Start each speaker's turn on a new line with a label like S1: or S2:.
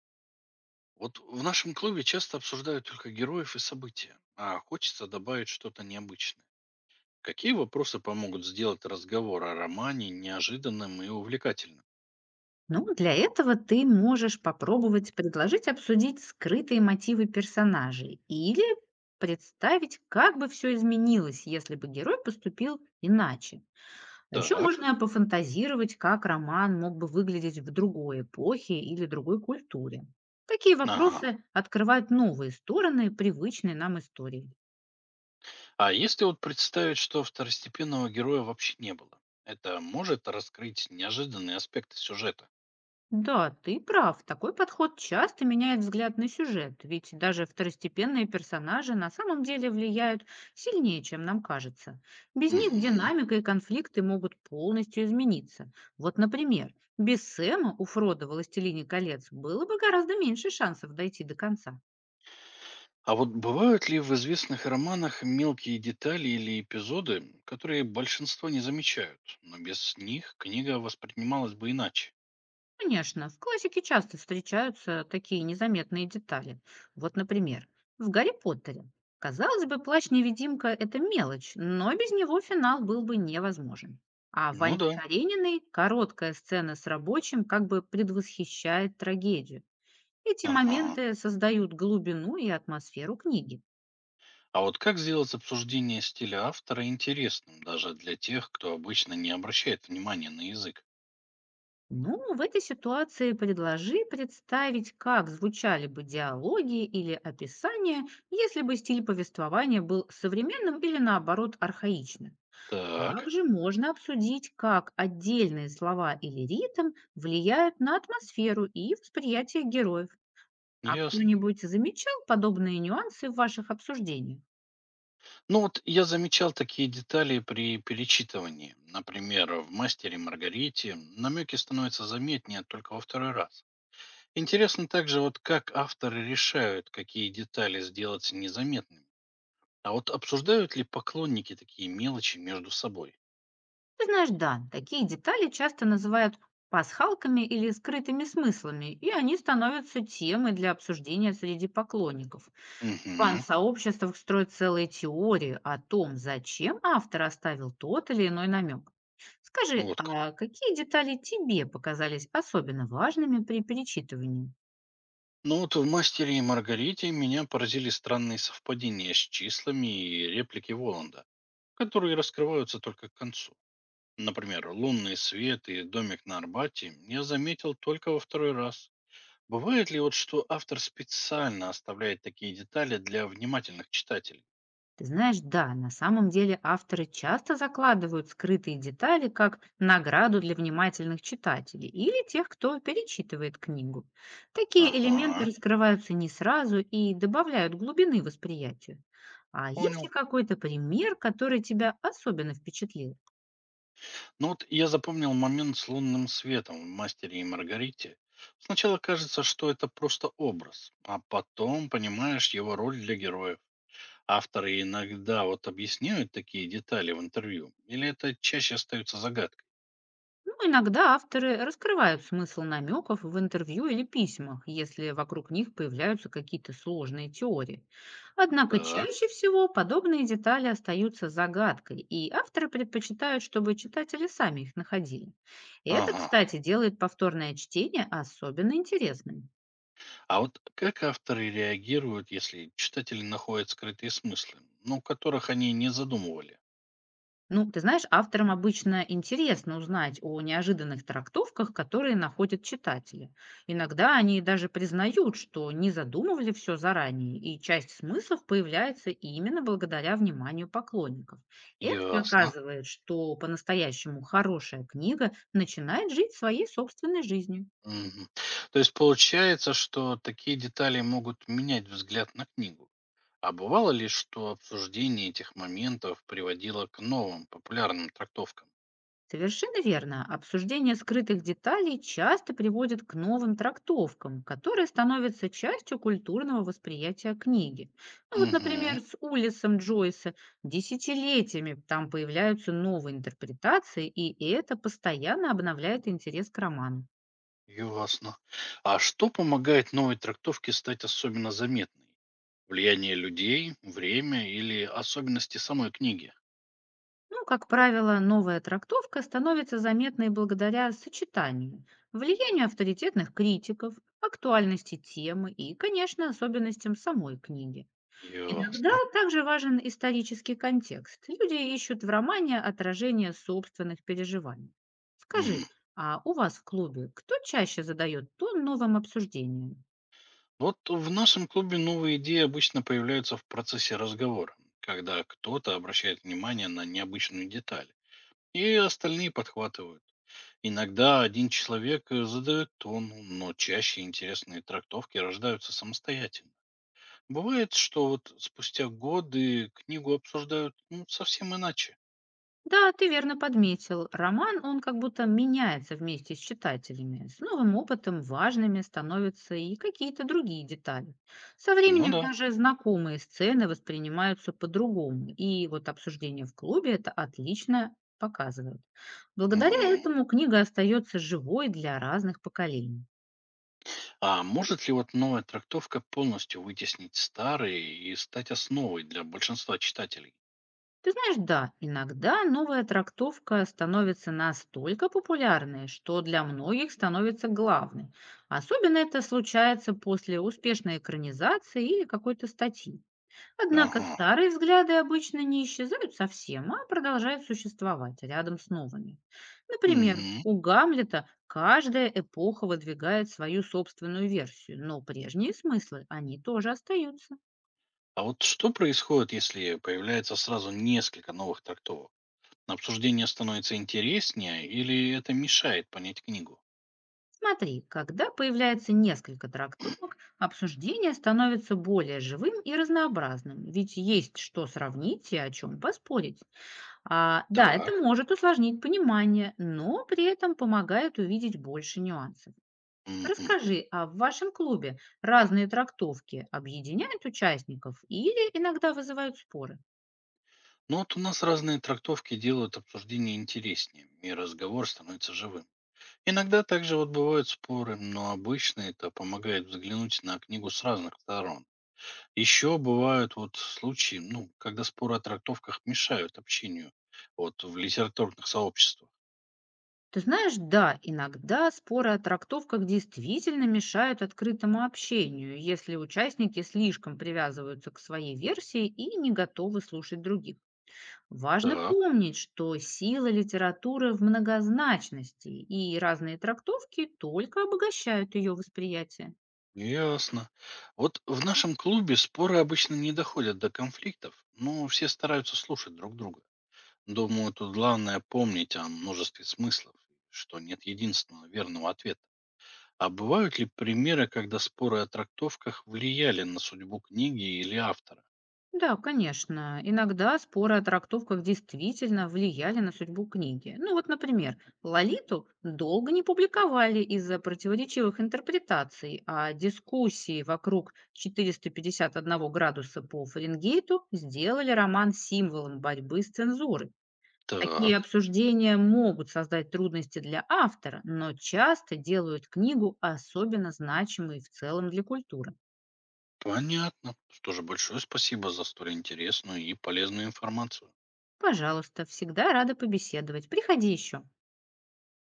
S1: Вот в нашем клубе часто обсуждают только героев и события, а хочется добавить что-то необычное. Какие вопросы помогут сделать разговор о романе неожиданным и увлекательным?
S2: Ну, для этого ты можешь попробовать предложить обсудить скрытые мотивы персонажей или представить, как бы все изменилось, если бы герой поступил иначе. А еще
S1: Так,
S2: можно пофантазировать, как роман мог бы выглядеть в другой эпохе или другой культуре. Такие
S1: ага.
S2: вопросы открывают новые стороны привычной нам истории.
S1: А если вот представить, что второстепенного героя вообще не было? Это может раскрыть неожиданные аспекты сюжета?
S2: Да, ты прав. Такой подход часто меняет взгляд на сюжет, ведь даже второстепенные персонажи на самом деле влияют сильнее, чем нам кажется. Без них
S1: Мгм.
S2: динамика и конфликты могут полностью измениться. Вот, например, без Сэма у Фрода в «Властелине колец» было бы гораздо меньше шансов дойти до конца.
S1: А вот бывают ли в известных романах мелкие детали или эпизоды, которые большинство не замечают, но без них книга воспринималась бы иначе?
S2: Конечно, в классике часто встречаются такие незаметные детали. Вот, например, в «Гарри Поттере». Казалось бы, плащ-невидимка – это мелочь, но без него финал был бы невозможен. А в
S1: Ну
S2: Анне
S1: да.
S2: Карениной» короткая сцена с рабочим как бы предвосхищает трагедию. Эти
S1: Ага.
S2: моменты создают глубину и атмосферу книги.
S1: А вот как сделать обсуждение стиля автора интересным, даже для тех, кто обычно не обращает внимания на язык?
S2: Ну, в этой ситуации предложи представить, как звучали бы диалоги или описания, если бы стиль повествования был современным или наоборот архаичным.
S1: Так,
S2: Также можно обсудить, как отдельные слова или ритм влияют на атмосферу и восприятие героев. А
S1: ясно.
S2: кто-нибудь замечал подобные нюансы в ваших обсуждениях?
S1: Ну вот я замечал такие детали при перечитывании. Например, в «Мастере и Маргарите» намеки становятся заметнее только во второй раз. Интересно также, вот как авторы решают, какие детали сделать незаметными. А вот обсуждают ли поклонники такие мелочи между собой?
S2: Ты знаешь, да, такие детали часто называют пасхалками или скрытыми смыслами, и они становятся темой для обсуждения среди поклонников. В
S1: Угу,
S2: фан-сообществах строят целые теории о том, зачем автор оставил тот или иной намек. Скажи,
S1: вот как.
S2: а какие детали тебе показались особенно важными при перечитывании?
S1: Ну вот в «Мастере и Маргарите» меня поразили странные совпадения с числами и реплики Воланда, которые раскрываются только к концу. Например, лунный свет и домик на Арбате я заметил только во второй раз. Бывает ли вот, что автор специально оставляет такие детали для внимательных читателей?
S2: Ты знаешь, да, на самом деле авторы часто закладывают скрытые детали как награду для внимательных читателей или тех, кто перечитывает книгу. Такие элементы
S1: Ага,
S2: раскрываются не сразу и добавляют глубины восприятию. А есть ли
S1: понял.
S2: какой-то пример, который тебя особенно впечатлил?
S1: Ну вот я запомнил момент с лунным светом в «Мастере и Маргарите». Сначала кажется, что это просто образ, а потом понимаешь его роль для героев. Авторы иногда вот объясняют такие детали в интервью, или это чаще остается загадкой?
S2: Ну, иногда авторы раскрывают смысл намеков в интервью или письмах, если вокруг них появляются какие-то сложные теории. Однако
S1: Так,
S2: чаще всего подобные детали остаются загадкой, и авторы предпочитают, чтобы читатели сами их находили. И это,
S1: ага.
S2: кстати, делает повторное чтение особенно интересным.
S1: А вот как авторы реагируют, если читатели находят скрытые смыслы, ну, которых они не задумывали?
S2: Ну, ты знаешь, авторам обычно интересно узнать о неожиданных трактовках, которые находят читатели. Иногда они даже признают, что не задумывали все заранее, и часть смыслов появляется именно благодаря вниманию поклонников. Это
S1: Ясно.
S2: показывает, что по-настоящему хорошая книга начинает жить своей собственной жизнью.
S1: Мгм. То есть получается, что такие детали могут менять взгляд на книгу. А бывало ли, что обсуждение этих моментов приводило к новым популярным трактовкам?
S2: Совершенно верно. Обсуждение скрытых деталей часто приводит к новым трактовкам, которые становятся частью культурного восприятия книги. Ну вот,
S1: Угу.
S2: например, с Улисом Джойса десятилетиями там появляются новые интерпретации, и это постоянно обновляет интерес к роману.
S1: Ясно. А что помогает новой трактовке стать особенно заметной? Влияние людей, время или особенности самой книги?
S2: Ну, как правило, новая трактовка становится заметной благодаря сочетанию, влиянию авторитетных критиков, актуальности темы и, конечно, особенностям самой книги. Иногда
S1: Ясно.
S2: также важен исторический контекст. Люди ищут в романе отражение собственных переживаний.
S1: М.
S2: Скажи, а у вас в клубе кто чаще задает тон новым обсуждениям?
S1: Вот в нашем клубе новые идеи обычно появляются в процессе разговора, когда кто-то обращает внимание на необычную деталь, и остальные подхватывают. Иногда один человек задает тон, но чаще интересные трактовки рождаются самостоятельно. Бывает, что вот спустя годы книгу обсуждают ну, совсем иначе.
S2: Да, ты верно подметил. Роман, он как будто меняется вместе с читателями. С новым опытом важными становятся и какие-то другие детали. Со
S1: Ну
S2: временем
S1: да.
S2: даже знакомые сцены воспринимаются по-другому. И вот обсуждение в клубе это отлично показывает. Благодаря
S1: Мгм.
S2: этому книга остается живой для разных поколений.
S1: А может ли вот новая трактовка полностью вытеснить старые и стать основой для большинства читателей?
S2: Ты знаешь, да, иногда новая трактовка становится настолько популярной, что для многих становится главной. Особенно это случается после успешной экранизации или какой-то статьи. Однако
S1: Ага.
S2: старые взгляды обычно не исчезают совсем, а продолжают существовать рядом с новыми. Например,
S1: Мгм.
S2: у Гамлета каждая эпоха выдвигает свою собственную версию, но прежние смыслы, они тоже остаются.
S1: А вот что происходит, если появляется сразу несколько новых трактовок? Обсуждение становится интереснее или это мешает понять книгу?
S2: Смотри, когда появляется несколько трактовок, обсуждение становится более живым и разнообразным, ведь есть что сравнить и о чем поспорить. А, да, это
S1: Так.
S2: может усложнить понимание, но при этом помогает увидеть больше нюансов.
S1: Мгм.
S2: Расскажи, а в вашем клубе разные трактовки объединяют участников или иногда вызывают споры?
S1: Ну вот у нас разные трактовки делают обсуждение интереснее, и разговор становится живым. Иногда также вот бывают споры, но обычно это помогает взглянуть на книгу с разных сторон. Еще бывают вот случаи, ну, когда споры о трактовках мешают общению вот в литературных сообществах.
S2: Ты знаешь, да, иногда споры о трактовках действительно мешают открытому общению, если участники слишком привязываются к своей версии и не готовы слушать других. Важно
S1: Так,
S2: помнить, что сила литературы в многозначности, и разные трактовки только обогащают ее восприятие.
S1: ясно. Вот в нашем клубе споры обычно не доходят до конфликтов, но все стараются слушать друг друга. Думаю, тут главное помнить о множестве смыслов, что нет единственного верного ответа. А бывают ли примеры, когда споры о трактовках влияли на судьбу книги или автора?
S2: Да, конечно. Иногда споры о трактовках действительно влияли на судьбу книги. Ну вот, например, Лолиту долго не публиковали из-за противоречивых интерпретаций, а дискуссии вокруг 451 градуса по Фаренгейту сделали роман символом борьбы с цензурой. Такие
S1: Так,
S2: обсуждения могут создать трудности для автора, но часто делают книгу особенно значимой в целом для культуры.
S1: понятно. Что же, большое спасибо за столь интересную и полезную информацию.
S2: Пожалуйста, всегда рада побеседовать. Приходи еще.